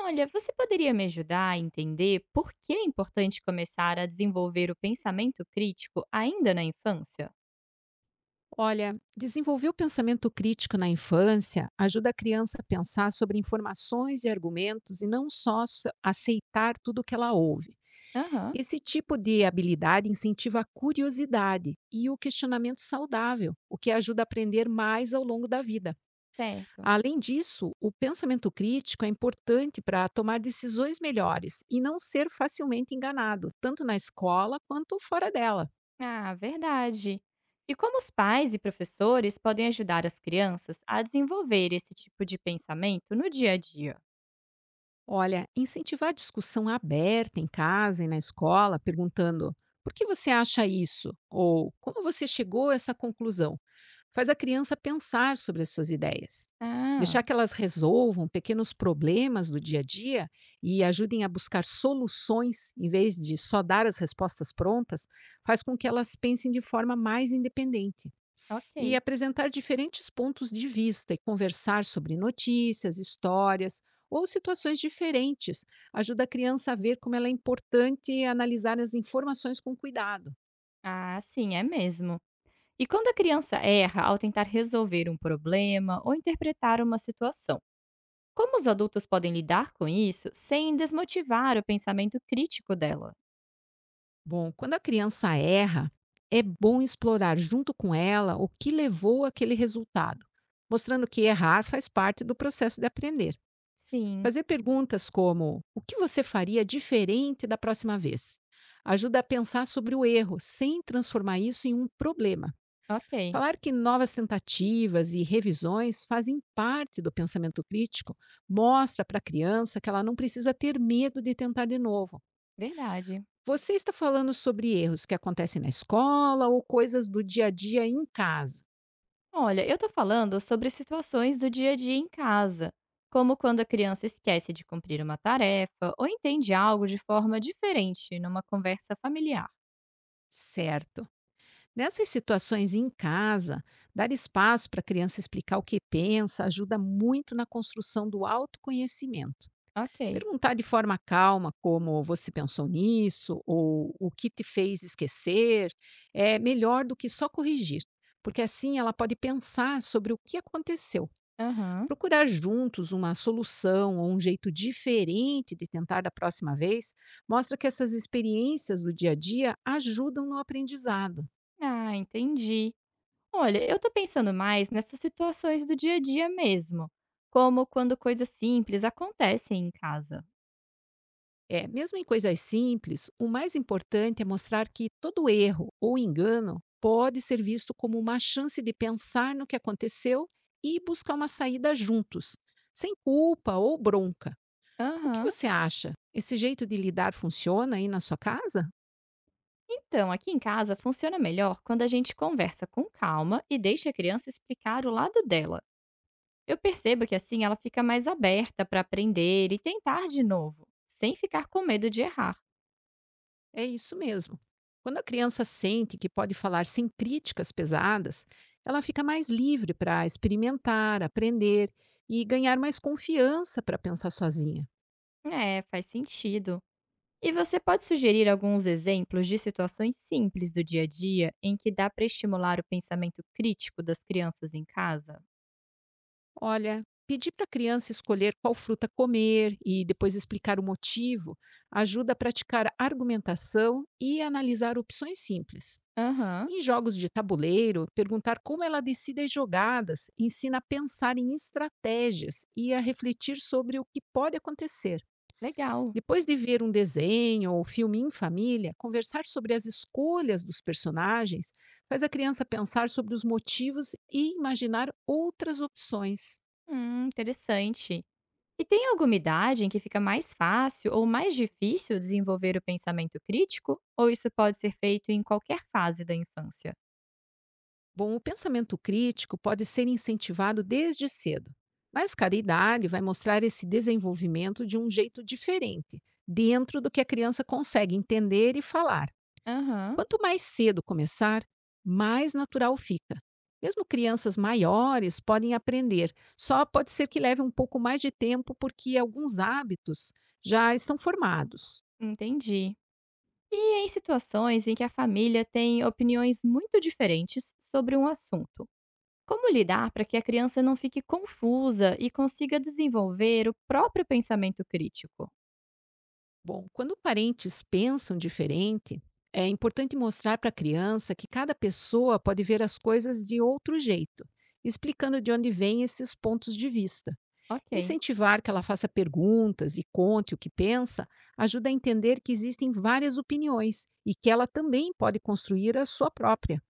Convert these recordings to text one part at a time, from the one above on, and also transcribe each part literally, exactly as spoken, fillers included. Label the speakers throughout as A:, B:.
A: Olha, você poderia me ajudar a entender por que é importante começar a desenvolver o pensamento crítico ainda na infância?
B: Olha, desenvolver o pensamento crítico na infância ajuda a criança a pensar sobre informações e argumentos e não só s- aceitar tudo o que ela ouve.
A: Aham,
B: Esse tipo de habilidade incentiva a curiosidade e o questionamento saudável, o que ajuda a aprender mais ao longo da vida.
A: certo.
B: Além disso, o pensamento crítico é importante para tomar decisões melhores e não ser facilmente enganado, tanto na escola quanto fora dela.
A: Ah, verdade. E como os pais e professores podem ajudar as crianças a desenvolver esse tipo de pensamento no dia a dia?
B: Olha, incentivar a discussão aberta em casa e na escola, perguntando por que você acha isso? Ou como você chegou a essa conclusão? Faz a criança pensar sobre as suas ideias.
A: Ah,
B: Deixar que elas resolvam pequenos problemas do dia a dia e ajudem a buscar soluções, em vez de só dar as respostas prontas, faz com que elas pensem de forma mais independente e
A: ok.
B: apresentar diferentes pontos de vista e conversar sobre notícias, histórias ou situações diferentes ajuda a criança a ver como ela é importante analisar as informações com cuidado.
A: Ah, sim, é mesmo. E quando a criança erra ao tentar resolver um problema ou interpretar uma situação? Como os adultos podem lidar com isso sem desmotivar o pensamento crítico dela?
B: Bom, quando a criança erra, é bom explorar junto com ela o que levou àquele resultado, mostrando que errar faz parte do processo de aprender.
A: Sim,
B: Fazer perguntas como: o que você faria diferente da próxima vez? Ajuda a pensar sobre o erro, sem transformar isso em um problema.
A: ok,
B: Falar que novas tentativas e revisões fazem parte do pensamento crítico mostra para a criança que ela não precisa ter medo de tentar de novo.
A: verdade.
B: Você está falando sobre erros que acontecem na escola ou coisas do dia a dia em casa,
A: Olha, eu tô falando sobre situações do dia a dia em casa, como quando a criança esquece de cumprir uma tarefa ou entende algo de forma diferente numa conversa familiar.
B: certo? Nessas situações em casa, dar espaço para a criança explicar o que pensa ajuda muito na construção do autoconhecimento.
A: Ok.
B: Perguntar de forma calma como você pensou nisso ou o que te fez esquecer é melhor do que só corrigir, porque assim ela pode pensar sobre o que aconteceu.
A: Aham.
B: Procurar juntos uma solução ou um jeito diferente de tentar da próxima vez mostra que essas experiências do dia a dia ajudam no aprendizado.
A: Ah, entendi. Olha, eu tô pensando mais nessas situações do dia a dia mesmo, como quando coisas simples acontecem em casa.
B: É, mesmo em coisas simples, o mais importante é mostrar que todo erro ou engano pode ser visto como uma chance de pensar no que aconteceu e buscar uma saída juntos, sem culpa ou bronca. O que
A: Aham.
B: você acha? Esse jeito de lidar funciona aí na sua casa?
A: Então, aqui em casa funciona melhor quando a gente conversa com calma e deixa a criança explicar o lado dela. Eu percebo que assim ela fica mais aberta para aprender e tentar de novo, sem ficar com medo de errar.
B: É isso mesmo. Quando a criança sente que pode falar sem críticas pesadas, ela fica mais livre para experimentar, aprender e ganhar mais confiança para pensar sozinha.
A: É, faz sentido. E você pode sugerir alguns exemplos de situações simples do dia a dia em que dá para estimular o pensamento crítico das crianças em casa?
B: Olha, pedir para a criança escolher qual fruta comer e depois explicar o motivo ajuda a praticar argumentação e analisar opções simples.
A: Aham,
B: Em jogos de tabuleiro, perguntar como ela decide as jogadas ensina a pensar em estratégias e a refletir sobre o que pode acontecer.
A: legal.
B: Depois de ver um desenho ou filme em família, conversar sobre as escolhas dos personagens faz a criança pensar sobre os motivos e imaginar outras opções.
A: Hum, interessante. E tem alguma idade em que fica mais fácil ou mais difícil desenvolver o pensamento crítico? Ou isso pode ser feito em qualquer fase da infância?
B: Bom, o pensamento crítico pode ser incentivado desde cedo, mas cada idade vai mostrar esse desenvolvimento de um jeito diferente, dentro do que a criança consegue entender e falar.
A: Aham,
B: Quanto mais cedo começar, mais natural fica. Mesmo crianças maiores podem aprender, só pode ser que leve um pouco mais de tempo porque alguns hábitos já estão formados.
A: entendi. E em situações em que a família tem opiniões muito diferentes sobre um assunto? Como lidar para que a criança não fique confusa e consiga desenvolver o próprio pensamento crítico?
B: Bom, quando parentes pensam diferente, é importante mostrar para a criança que cada pessoa pode ver as coisas de outro jeito, explicando de onde vêm esses pontos de vista.
A: Ok,
B: Incentivar que ela faça perguntas e conte o que pensa ajuda a entender que existem várias opiniões e que ela também pode construir a sua própria.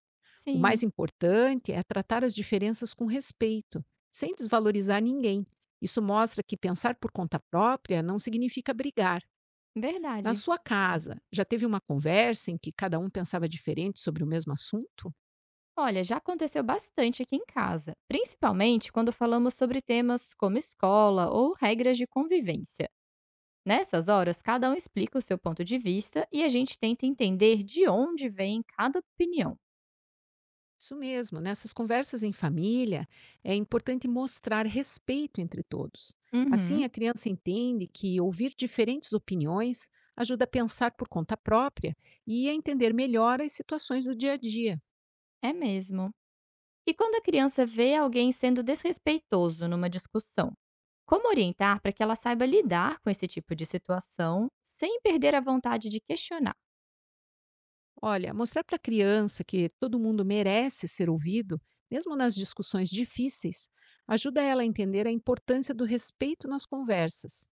B: O mais
A: sim,
B: importante é tratar as diferenças com respeito, sem desvalorizar ninguém. Isso mostra que pensar por conta própria não significa brigar. Na
A: verdade.
B: sua casa, já teve uma conversa em que cada um pensava diferente sobre o mesmo assunto?
A: Olha, já aconteceu bastante aqui em casa, principalmente quando falamos sobre temas como escola ou regras de convivência. Nessas horas, cada um explica o seu ponto de vista e a gente tenta entender de onde vem cada opinião.
B: Isso mesmo, nessas conversas em família, é importante mostrar respeito entre todos. Assim,
A: Uhum.
B: a criança entende que ouvir diferentes opiniões ajuda a pensar por conta própria e a entender melhor as situações do dia a dia.
A: É mesmo. E quando a criança vê alguém sendo desrespeitoso numa discussão, como orientar para que ela saiba lidar com esse tipo de situação sem perder a vontade de questionar?
B: Olha, mostrar para a criança que todo mundo merece ser ouvido, mesmo nas discussões difíceis, ajuda ela a entender a importância do respeito nas conversas.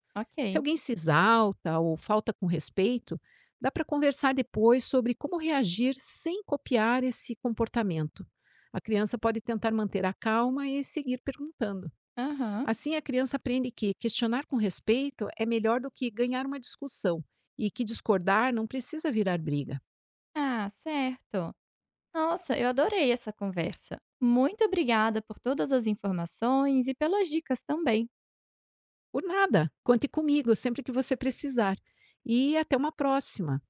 B: Se
A: Ok.
B: alguém se exalta ou falta com respeito, dá para conversar depois sobre como reagir sem copiar esse comportamento. A criança pode tentar manter a calma e seguir perguntando.
A: Aham.
B: Assim, a criança aprende que questionar com respeito é melhor do que ganhar uma discussão e que discordar não precisa virar briga.
A: Ah, certo. Nossa, eu adorei essa conversa. Muito obrigada por todas as informações e pelas dicas também.
B: Por nada, conte comigo sempre que você precisar. E até uma próxima.